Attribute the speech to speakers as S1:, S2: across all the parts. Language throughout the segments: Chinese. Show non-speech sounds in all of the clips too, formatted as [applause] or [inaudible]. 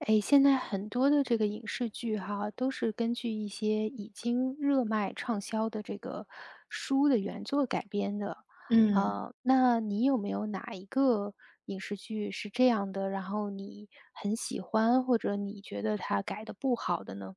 S1: 哎，现在很多的这个影视剧哈，都是根据一些已经热卖畅销的这个书的原作改编的。
S2: 嗯
S1: 那你有没有哪一个影视剧是这样的，然后你很喜欢，或者你觉得它改的不好的呢？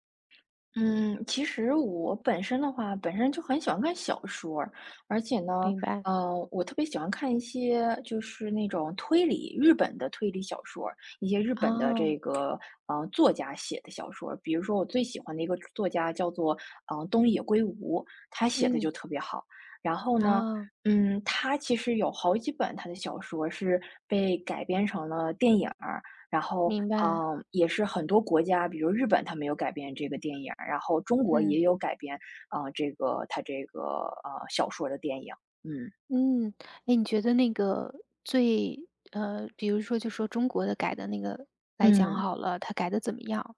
S2: 嗯，其实我本身的话，本身就很喜欢看小说儿而且呢，
S1: 明白。
S2: 我特别喜欢看一些就是那种推理，日本的推理小说儿一些日本的
S1: 哦，
S2: 这个作家写的小说儿比如说，我最喜欢的一个作家叫做东野圭吾，他写的就
S1: 嗯，
S2: 特别好。然后呢，
S1: 哦，
S2: 嗯，他其实有好几本他的小说是被改编成了电影儿。然后，
S1: 明白，
S2: 嗯，也是很多国家，比如日本，它没有改编这个电影儿，然后中国也
S1: 嗯
S2: 有改编，这个它这个小说的电影，嗯
S1: 嗯，哎，你觉得那个比如说就说中国的改的那个来讲
S2: 嗯。
S1: 好了，它改的怎么样？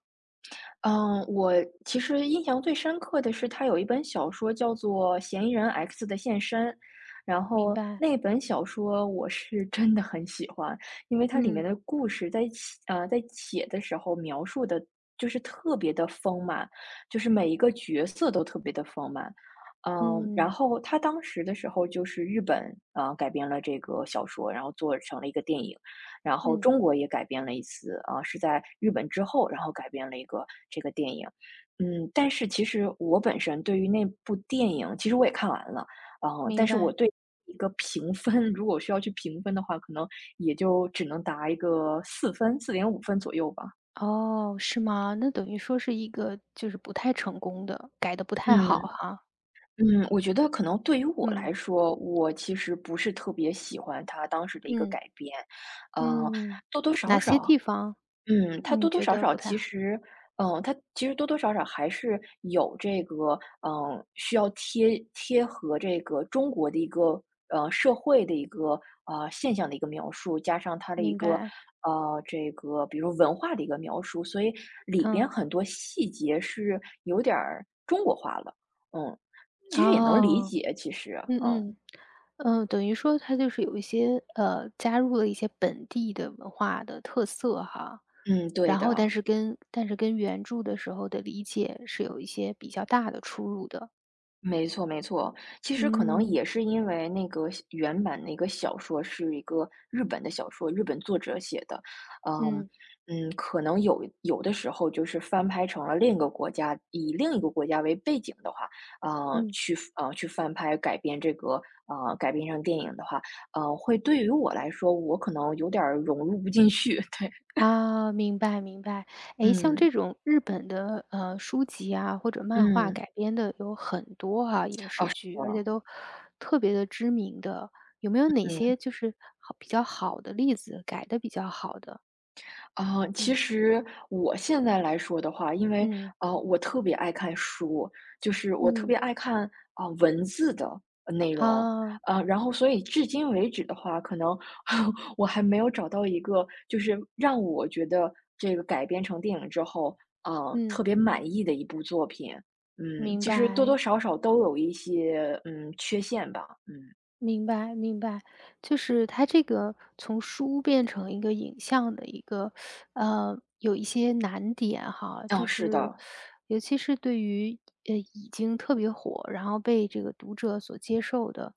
S2: 嗯，我其实印象最深刻的是他有一本小说叫做《嫌疑人 X 的现身》，然
S1: 明
S2: 后
S1: 白，
S2: 那本小说我是真的很喜欢，因为它里面
S1: 嗯
S2: 的故事在写在写的时候描述的就是特别的丰满，就是每一个角色都特别的丰满。嗯，然
S1: 嗯
S2: 后他当时的时候就是日本改编了这个小说，然后做成了一个电影。然后
S1: 嗯，
S2: 中国也改编了一次，啊，是在日本之后，然后改编了一个这个电影。嗯，但是其实我本身对于那部电影，其实我也看完了，嗯，但
S1: 明
S2: 是我
S1: 白。
S2: 对一个评分，如果需要去评分的话，可能也就只能打一个四分四点五分左右吧。
S1: 哦，是吗？那等于说是一个就是不太成功的，改的不太好
S2: 嗯，
S1: 哈。
S2: 嗯，我觉得可能对于我
S1: 嗯
S2: 来说，我其实不是特别喜欢他当时的一个
S1: 嗯
S2: 改编，呃，
S1: 嗯，
S2: 多多少
S1: 哪些
S2: 少
S1: 地方
S2: 嗯，它
S1: 你
S2: 多多
S1: 觉
S2: 少
S1: 得
S2: 少
S1: 不太
S2: 其
S1: 好？
S2: 实，嗯，它其实多多少少还是有这个，嗯，需要贴合这个中国的一个社会的一个现象的一个描述，加上它的一
S1: 明
S2: 个
S1: 白，
S2: 这个比如文化的一个描述，所以里边
S1: 嗯，
S2: 很多细节是有点儿中国化了，嗯，其实也能理
S1: 哦，
S2: 解，其实，
S1: 嗯
S2: 嗯
S1: 嗯。嗯，等于说它就是有一些，加入了一些本地的文化的特色哈，
S2: 嗯，对
S1: 然后但
S2: 的，
S1: 是跟但是跟原著的时候的理解是有一些比较大的出入的。
S2: 没错，没错。其实可能
S1: 嗯，
S2: 也是因为那个小原版那个小说是一个日本的小说，日本作者写的，嗯
S1: 嗯。
S2: 嗯，可能有的时候就是翻拍成了另一个国家，以另一个国家为背景的话，
S1: 嗯，
S2: 去翻拍改编这个改编成电影的话，呃，会对于我来说，我可能有点儿融入不进去。[laughs] 对，
S1: 啊，明白明白。诶，像
S2: 嗯
S1: 这种日本的，书籍啊，或者漫画
S2: 嗯，
S1: 改编的有很多哈，影
S2: 哦，
S1: 视
S2: 是
S1: 剧，而且
S2: 的，
S1: 都特别的知名的，有没有哪些
S2: 嗯。
S1: 就是比较好的例子，改的比较好的？
S2: 啊，其
S1: 嗯，
S2: 实我现在来说的话，因为
S1: 嗯，
S2: 啊，我特别爱看书，就是我特
S1: 嗯，
S2: 别爱看啊文字的内容，
S1: 啊，
S2: 啊，然后所以至今为止的话，可能 [laughs] 我还没有找到一个就是让我觉得这个改编成电影之后，啊，
S1: 嗯，
S2: 特别满意的一部作品。嗯，
S1: 明
S2: 其实多多
S1: 白。
S2: 少少都有一些缺陷吧。嗯，
S1: 明白，明白，就是它这个从书变成一个影像的一个，有一些难点哈，就
S2: 啊，是
S1: 是
S2: 的，
S1: 尤其是对于已经特别火，然后被这个读者所接受的，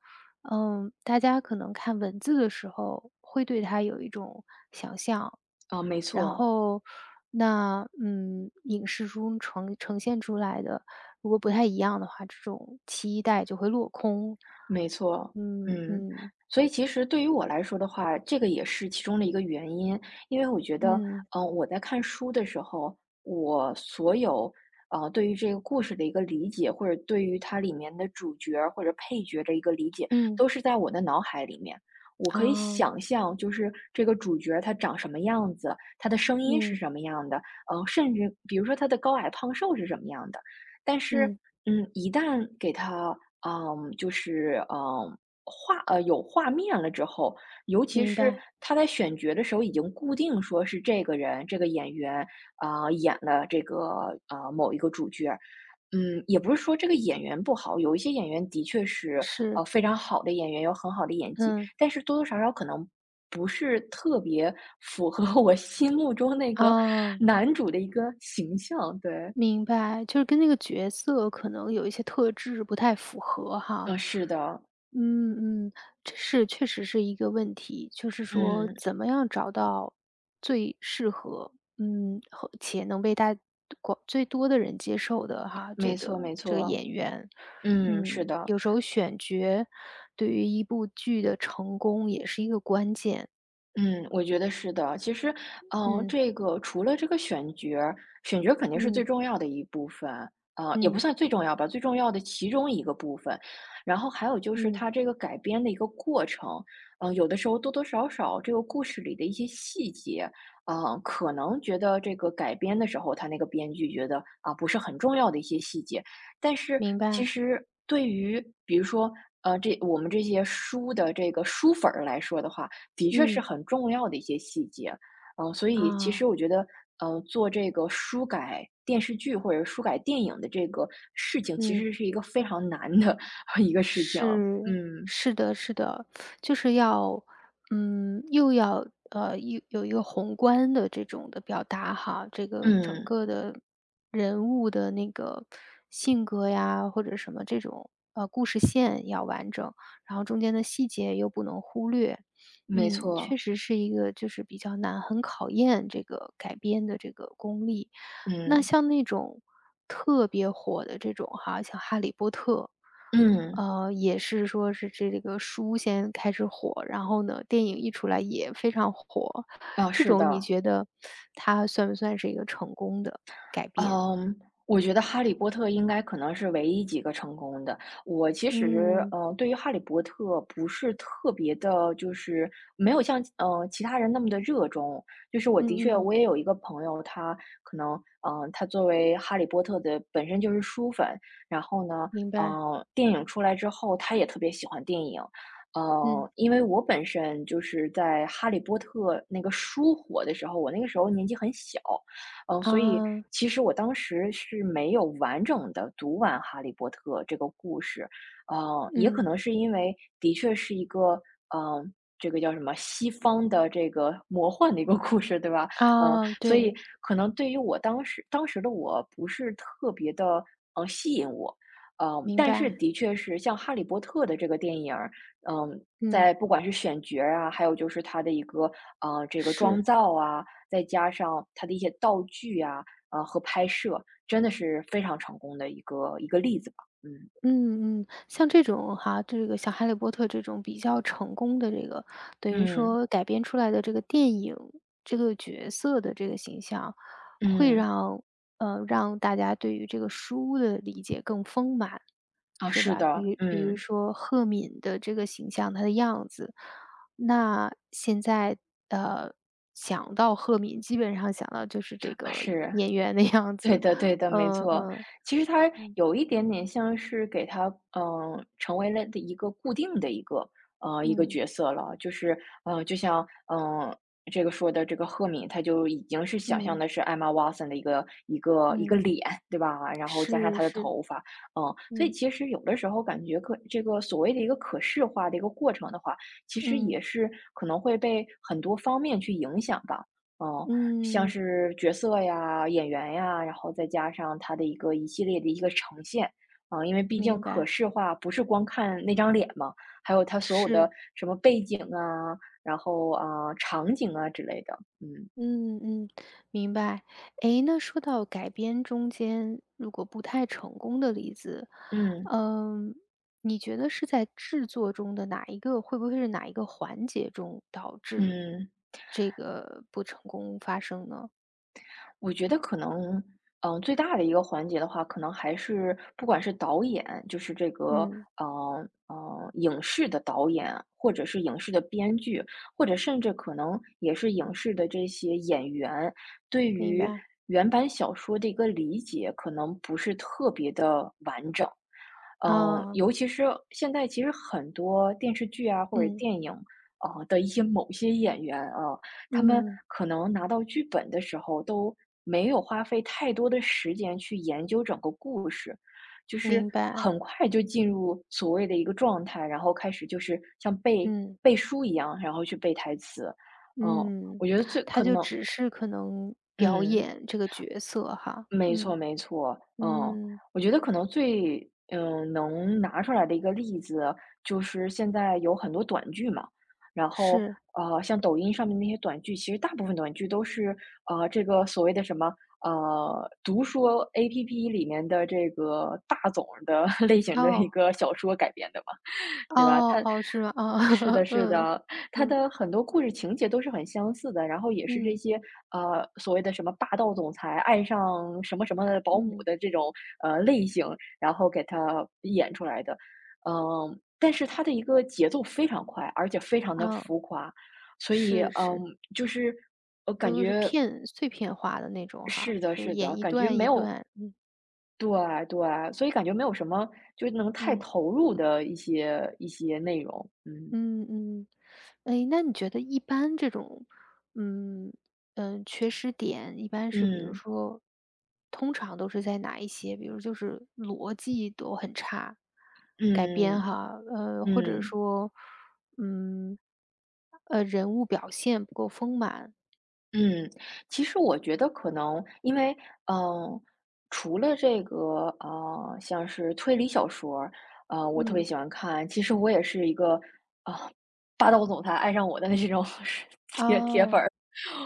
S1: 嗯，大家可能看文字的时候会对它有一种想象，
S2: 啊，没
S1: 然
S2: 错，
S1: 后，那影视中呈现出来的，如果不太一样的话，这种期待就会落空。
S2: 没错，
S1: 嗯
S2: 嗯，
S1: 嗯
S2: 所以其实对于我来说的话，这个也是其中的一个原因，因为我觉得，
S1: 嗯
S2: 嗯、我在看书的时候，我所有，呃，对于这个故事的一个理解，或者对于它里面的主角儿或者配角的一个理解，
S1: 嗯，
S2: 都是在我的脑海里面。我可以
S1: 啊，
S2: 想象，就是这个主角儿他长什么样子，他的声音是
S1: 嗯
S2: 什么样的，呃，甚至比如说他的高矮胖瘦是什么样的。但是，
S1: 嗯，
S2: 嗯，一旦给他嗯，就是嗯，画有画面了之后，尤其
S1: 明
S2: 是
S1: 白，
S2: 他在选角的时候已经固定说是这个人，这个演员啊，演了这个某一个主角儿。嗯，也不是说这个演员不好，有一些演员的确是
S1: 是，
S2: 非常好的演员，有很好的演技，
S1: 嗯，
S2: 但是多多少少可能不是特别符合 [laughs] 我心目中那个
S1: 啊。
S2: 男主的一个形象。对，
S1: 明白，就是跟那个角色可能有一些特质不太符合哈。
S2: 嗯、是的，
S1: 嗯嗯，这是确实是一个问题，就是说
S2: 嗯，
S1: 怎么样找到最适合，嗯，和且能被大广最多的人接受的哈，这
S2: 没错，
S1: 个
S2: 没
S1: 这个
S2: 错，
S1: 演员。
S2: 嗯，是
S1: 嗯，
S2: 的。
S1: 有时候选角对于一部剧的成功也是一个关键。
S2: 嗯，我觉得是的。其实，嗯，
S1: 嗯
S2: 这个除了这个选角儿，选角儿肯定是最
S1: 嗯
S2: 重要的一部分，啊，也不
S1: 嗯
S2: 算最重要吧，最重要的其中一个部分。然后还有就是
S1: 嗯，
S2: 它这个改编的一个过程，嗯，有的时候多多少少这个故事里的一些细节，嗯，可能觉得这个改编的时候，他那个编剧觉得啊，不是很重要的一些细节，但是
S1: 明
S2: 其
S1: 白。
S2: 实对于比如说。这我们这些书的这个书粉儿来说的话，的确是
S1: 嗯，
S2: 很重要的一些细节。嗯，所以其
S1: 啊，
S2: 实我觉得，呃，做这个书改电视剧或者书改电影的这个事情，其
S1: 嗯。
S2: 实是一个非常难的 [laughs] 一个事情。
S1: 是，
S2: 嗯
S1: 是的，是的，就是要，嗯，又要有一个宏观的这种的表达哈，这个整
S2: 嗯，
S1: 个的人物的那个性格呀，或者什么这种故事线要完整，然后中间的细节又不能忽略，
S2: 没
S1: 嗯，确
S2: 错，
S1: 实是一个就是比较难，很考验这个改编的这个功力。那
S2: 嗯
S1: 像那种特别火的这种哈，像《哈利波特》，
S2: 嗯，
S1: 也是说是这个书先开始火，然后呢，电影一出来也非常火。
S2: 啊，
S1: 这
S2: 是
S1: 种你
S2: 的，
S1: 觉得它算不算是一个成功的改编？
S2: 嗯，我觉得《哈利波特》应该可能是唯一几个成功的。我其实，
S1: 嗯，
S2: 嗯，对于《哈利波特》不是特别的，就是没有像，嗯，其他人那么的热衷。就是我的确
S1: 嗯嗯，
S2: 我也有一个朋友，他可能，嗯，他作为《哈利波特》的本身就是书粉，然后呢，
S1: 明白，
S2: 嗯，电影出来之后，他也特别喜欢电影。
S1: 嗯，
S2: 呃，因为我本身就是在《哈利波特》那个书火的时候，我那个时候年纪很小。嗯，所以
S1: 啊，
S2: 其实我当时是没有完整的读完《哈利波特》这个故事，嗯，也可
S1: 嗯，
S2: 能是因为的确是一个，嗯，这个叫什么西方的这个魔幻的一个故事，对吧？嗯，
S1: 啊，
S2: 所以
S1: 对，
S2: 可能对于我当时的我不是特别的吸引我。嗯，
S1: 明
S2: 但是
S1: 白，
S2: 的确是像《哈利波特》的这个电影儿，嗯，
S1: 嗯，
S2: 在不管是选角儿啊，还有就是它的一个，呃，这个妆
S1: 是。
S2: 造啊，再加上它的一些道具啊，呃，和拍摄，真的是非常成功的一个一个例子吧。嗯，
S1: 嗯嗯，像这种哈，这个像《哈利波特》这种比较成功的这个，等于
S2: 嗯，
S1: 说改编出来的这个电影，这个角色的这个形象，会
S2: 嗯，
S1: 让大家对于这个书的理解更丰满，
S2: 啊，
S1: 是
S2: 是
S1: 吧？
S2: 的，
S1: 比比如
S2: 嗯，
S1: 说赫敏的这个形象，她的样子，那现在呃想到赫敏，基本上想到就是这
S2: 啊，
S1: 个
S2: 是。
S1: 演员的样
S2: 对
S1: 子，
S2: 的，
S1: [laughs]
S2: 对的，没
S1: 嗯
S2: 错。
S1: 嗯
S2: 其实它
S1: 嗯。
S2: 有一点点像是给它，嗯、成为了的一个固定的一个，呃，一个
S1: 嗯
S2: 角色了。就是，呃，就像，嗯、呃这个说的这个赫敏，他就已经是想象
S1: 嗯
S2: 的是艾玛·沃森的一个一个一个
S1: 嗯。
S2: 脸，对吧？然后加上
S1: 是
S2: 他的
S1: 是，
S2: 头发，嗯、所以
S1: 嗯
S2: 其实有的时候感觉这个所谓的一个可视化的一个过程的话，其实
S1: 嗯
S2: 也是可能会被很多方面去影响吧。嗯，像
S1: 嗯，
S2: 是角色呀、演员呀，然后再加上它的一个一系列的一个呈现，啊，因为毕竟
S1: 明
S2: 可
S1: 白，
S2: 视化不是光看那张脸嘛，还有它所有的
S1: 是，
S2: 什么背景啊，然后啊、场景啊之类的，嗯
S1: 嗯嗯，明白。诶，那说到改编中间如果不太成功的例子，
S2: 嗯
S1: 嗯，你觉得是在制作中的哪一个会不会是哪一个环节中导致
S2: 嗯。
S1: 这个不成功发生呢？
S2: 我觉得可能，最大的一个环节的话，可能还是不管是导演，就是这个，
S1: 嗯，
S2: 嗯、呃嗯、影视的导演，或者是影视的编剧，或者甚至可能也是影视的这些演员，对
S1: 明
S2: 于
S1: 白，
S2: 原版小说的一个理解，可能不是特别的完整。嗯，
S1: 啊，
S2: 尤其是现在其实很多电视剧啊或者
S1: 嗯
S2: 电影，的一些某些演员啊，他们
S1: 嗯，
S2: 可能拿到剧本的时候都没有花费太多的时间去研究整个故事，就是
S1: 明白，
S2: 很快就进入所谓的一个状态，然后开始就是像背
S1: 嗯。
S2: 背书一样，然后去背台词。嗯，
S1: 嗯，
S2: 我觉得最
S1: 他
S2: 可
S1: 就
S2: 能
S1: 只是可能表
S2: 嗯。
S1: 演这个角色哈，
S2: 没错
S1: 嗯，
S2: 没错，
S1: 嗯，
S2: 我觉得可能最能拿出来的一个例子，就是现在有很多短剧嘛，然后
S1: 是，
S2: 像抖音上面那些短剧，其实大部分短剧都是这个所谓的什么读说 APP 里面的这个大总的 [laughs] 类型的一
S1: 哦，
S2: 个小说改编的嘛。对吧？
S1: 哦，
S2: 它
S1: 哦，是吗？啊，
S2: 是的，
S1: [laughs]
S2: 是
S1: 嗯，
S2: 的，它
S1: 嗯，
S2: 的很多故事情节都是很相似的，然后也是这
S1: 嗯，
S2: 些所谓的什么霸道总裁爱上什么什么的保姆
S1: 嗯，
S2: 的这种类型，然后给它演出来的，嗯，但是它的一个节奏非常快，而且非常的
S1: 啊，
S2: 浮夸，所以
S1: 是是，
S2: 就是我感
S1: 都是
S2: 觉
S1: 碎片化的那种哈，
S2: 是的，
S1: 就是
S2: 是的，
S1: 演一
S2: 感觉
S1: 段
S2: 没
S1: 一
S2: 有。
S1: 段，嗯，
S2: 对对，所以感觉没有什么能太
S1: 嗯。
S2: 投入的一些内容，嗯。
S1: 嗯嗯，哎，那你觉得一般这种，嗯嗯，缺失点一般是比如
S2: 嗯
S1: 说，通常都是在哪一些？比如就是逻辑都很差，改编
S2: 嗯
S1: 哈，或者
S2: 嗯
S1: 说，嗯，人物表现不够丰满，
S2: 嗯，其实我觉得可能因为，嗯、除了这个，像是推理小说儿，我特别
S1: 嗯，
S2: 喜欢看。其实我也是一个啊、霸道总裁爱上我的那种 [laughs] 铁粉。
S1: 哦，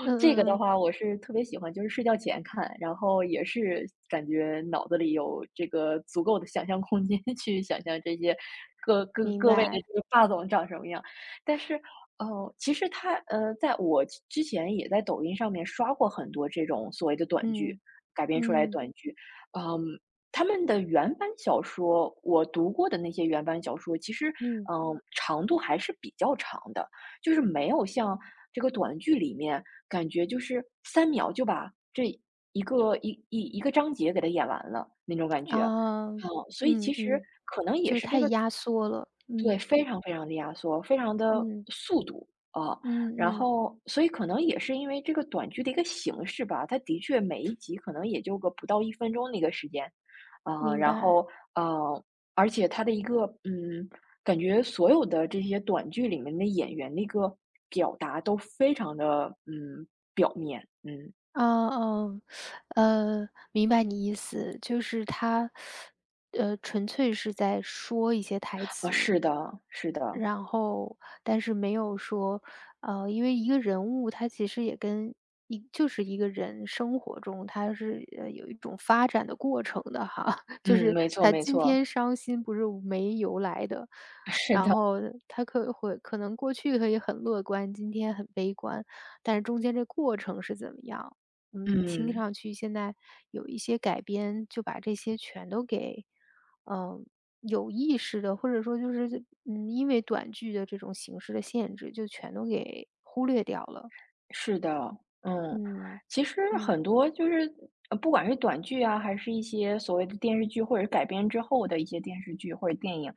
S1: 嗯
S2: 这个
S1: 嗯
S2: 的
S1: 嗯，
S2: 话，我是特别喜欢，就是睡觉前看，然后也是感觉脑子里有这个足够的想象空间 [laughs] 去想象这些各
S1: 明
S2: 各位的
S1: 白，
S2: 这个霸总长什么样。但是，其实他，在我之前也在抖音上面刷过很多这种所谓的短剧
S1: 嗯
S2: 改编出来的
S1: 嗯
S2: 短剧，嗯，他们的原版小说，我读过的那些原版小说，其实
S1: 嗯，
S2: 长度还是比较长的，就是没有像这个短剧里面。感觉就是3秒就把这一个一一个章节给它演完了那种感觉。
S1: 啊，
S2: 嗯，所以其
S1: 嗯
S2: 实
S1: 嗯，
S2: 可能也
S1: 就是
S2: 是这
S1: 太
S2: 个
S1: 压缩了，
S2: 对，
S1: 嗯
S2: 非常非常的压缩，非常的
S1: 嗯
S2: 速度，啊。
S1: 嗯
S2: 然
S1: 嗯。
S2: 后所以可能也是因为这个短剧的一个形式吧，它的确每一集可能也就个不到1分钟的一个时间。啊，
S1: 明
S2: 然
S1: 白，
S2: 后，呃，而且它的一个感觉所有的这些短剧里面的演员的一个表达都非常的表面，嗯。
S1: 哦哦，明白你意思，就是他，纯粹是在说一些台
S2: 啊，是
S1: 词，
S2: 的，是的，
S1: 然后但是没有说，因为一个人物他其实也跟一就是一个人生活中他是，有一种发展的过程的哈，[laughs] 就
S2: 嗯，
S1: 是
S2: 没错
S1: 他
S2: 没
S1: 今天
S2: 错，
S1: 伤心不是无没由来的。
S2: [laughs] 是
S1: 然
S2: 的，
S1: 后他可能过去可以很乐观，今天很悲观，但是中间这过程是怎么样？嗯，听
S2: 嗯。
S1: 上去现在有一些改编，就把这些全都给，嗯。有意识的，或者说就是，嗯，因为短剧的这种形式的限制，就全都给忽略掉了。
S2: 是的，嗯，
S1: 嗯，
S2: 其实
S1: 嗯。
S2: 很多就是，不管是短剧啊，还是一些所谓的电视剧，或者是改编之后的一些电视剧或者电影，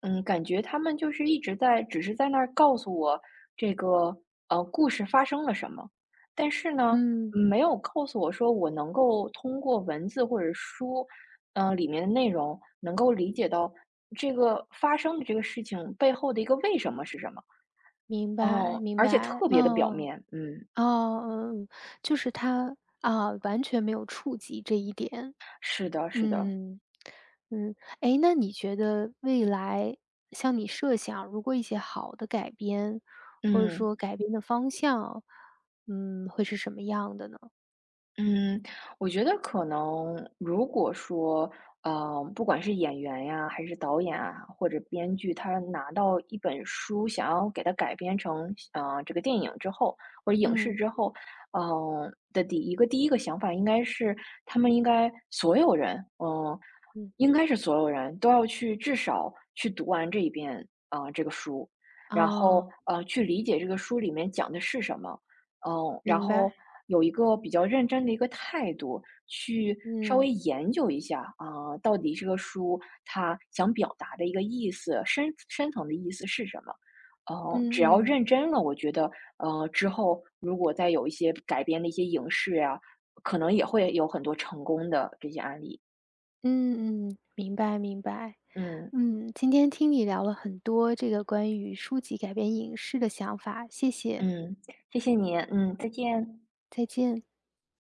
S2: 嗯，感觉他们就是一直在，只是在那儿告诉我这个故事发生了什么，但是呢，
S1: 嗯，
S2: 没有告诉我说我能够通过文字或者书，里面的内容能够理解到这个发生的这个事情背后的一个为什么是什么，
S1: 明白
S2: 嗯，
S1: 明
S2: 而且
S1: 白。
S2: 特别的表
S1: 嗯，
S2: 面，嗯。
S1: 哦，嗯，就是他啊，完全没有触及这一点。
S2: 是的，是的，
S1: 嗯，嗯。诶，那你觉得未来像你设想，如果一些好的改编，或者
S2: 嗯
S1: 说改编的方向，嗯，会是什么样的呢？
S2: 嗯，我觉得可能如果说，不管是演员呀，还是导演啊，或者编剧，他拿到一本书，想要给它改编成这个电影之后，或者影视
S1: 嗯，
S2: 之后，的第一个想法应该是，他们应该所有人，
S1: 嗯，
S2: 应该是所有人都要去至少去读完这一遍这个书，然后
S1: 哦，
S2: 去理解这个书里面讲的是什么。嗯，然
S1: 明
S2: 后
S1: 白。
S2: 有一个比较认真的一个态度，去稍微
S1: 嗯，
S2: 研究一下啊，到底这个书它想表达的一个意思，深层的意思是什么？嗯，只要
S1: 嗯嗯，
S2: 认真了，我觉得，之后如果再有一些改编的一些影视呀，可能也会有很多成功的这些案例。
S1: 嗯嗯，明白明白。
S2: 嗯
S1: 嗯，今天听你聊了很多这个关于书籍改编影视的想法，谢谢，
S2: 嗯，谢谢你，嗯，再见。
S1: 再见。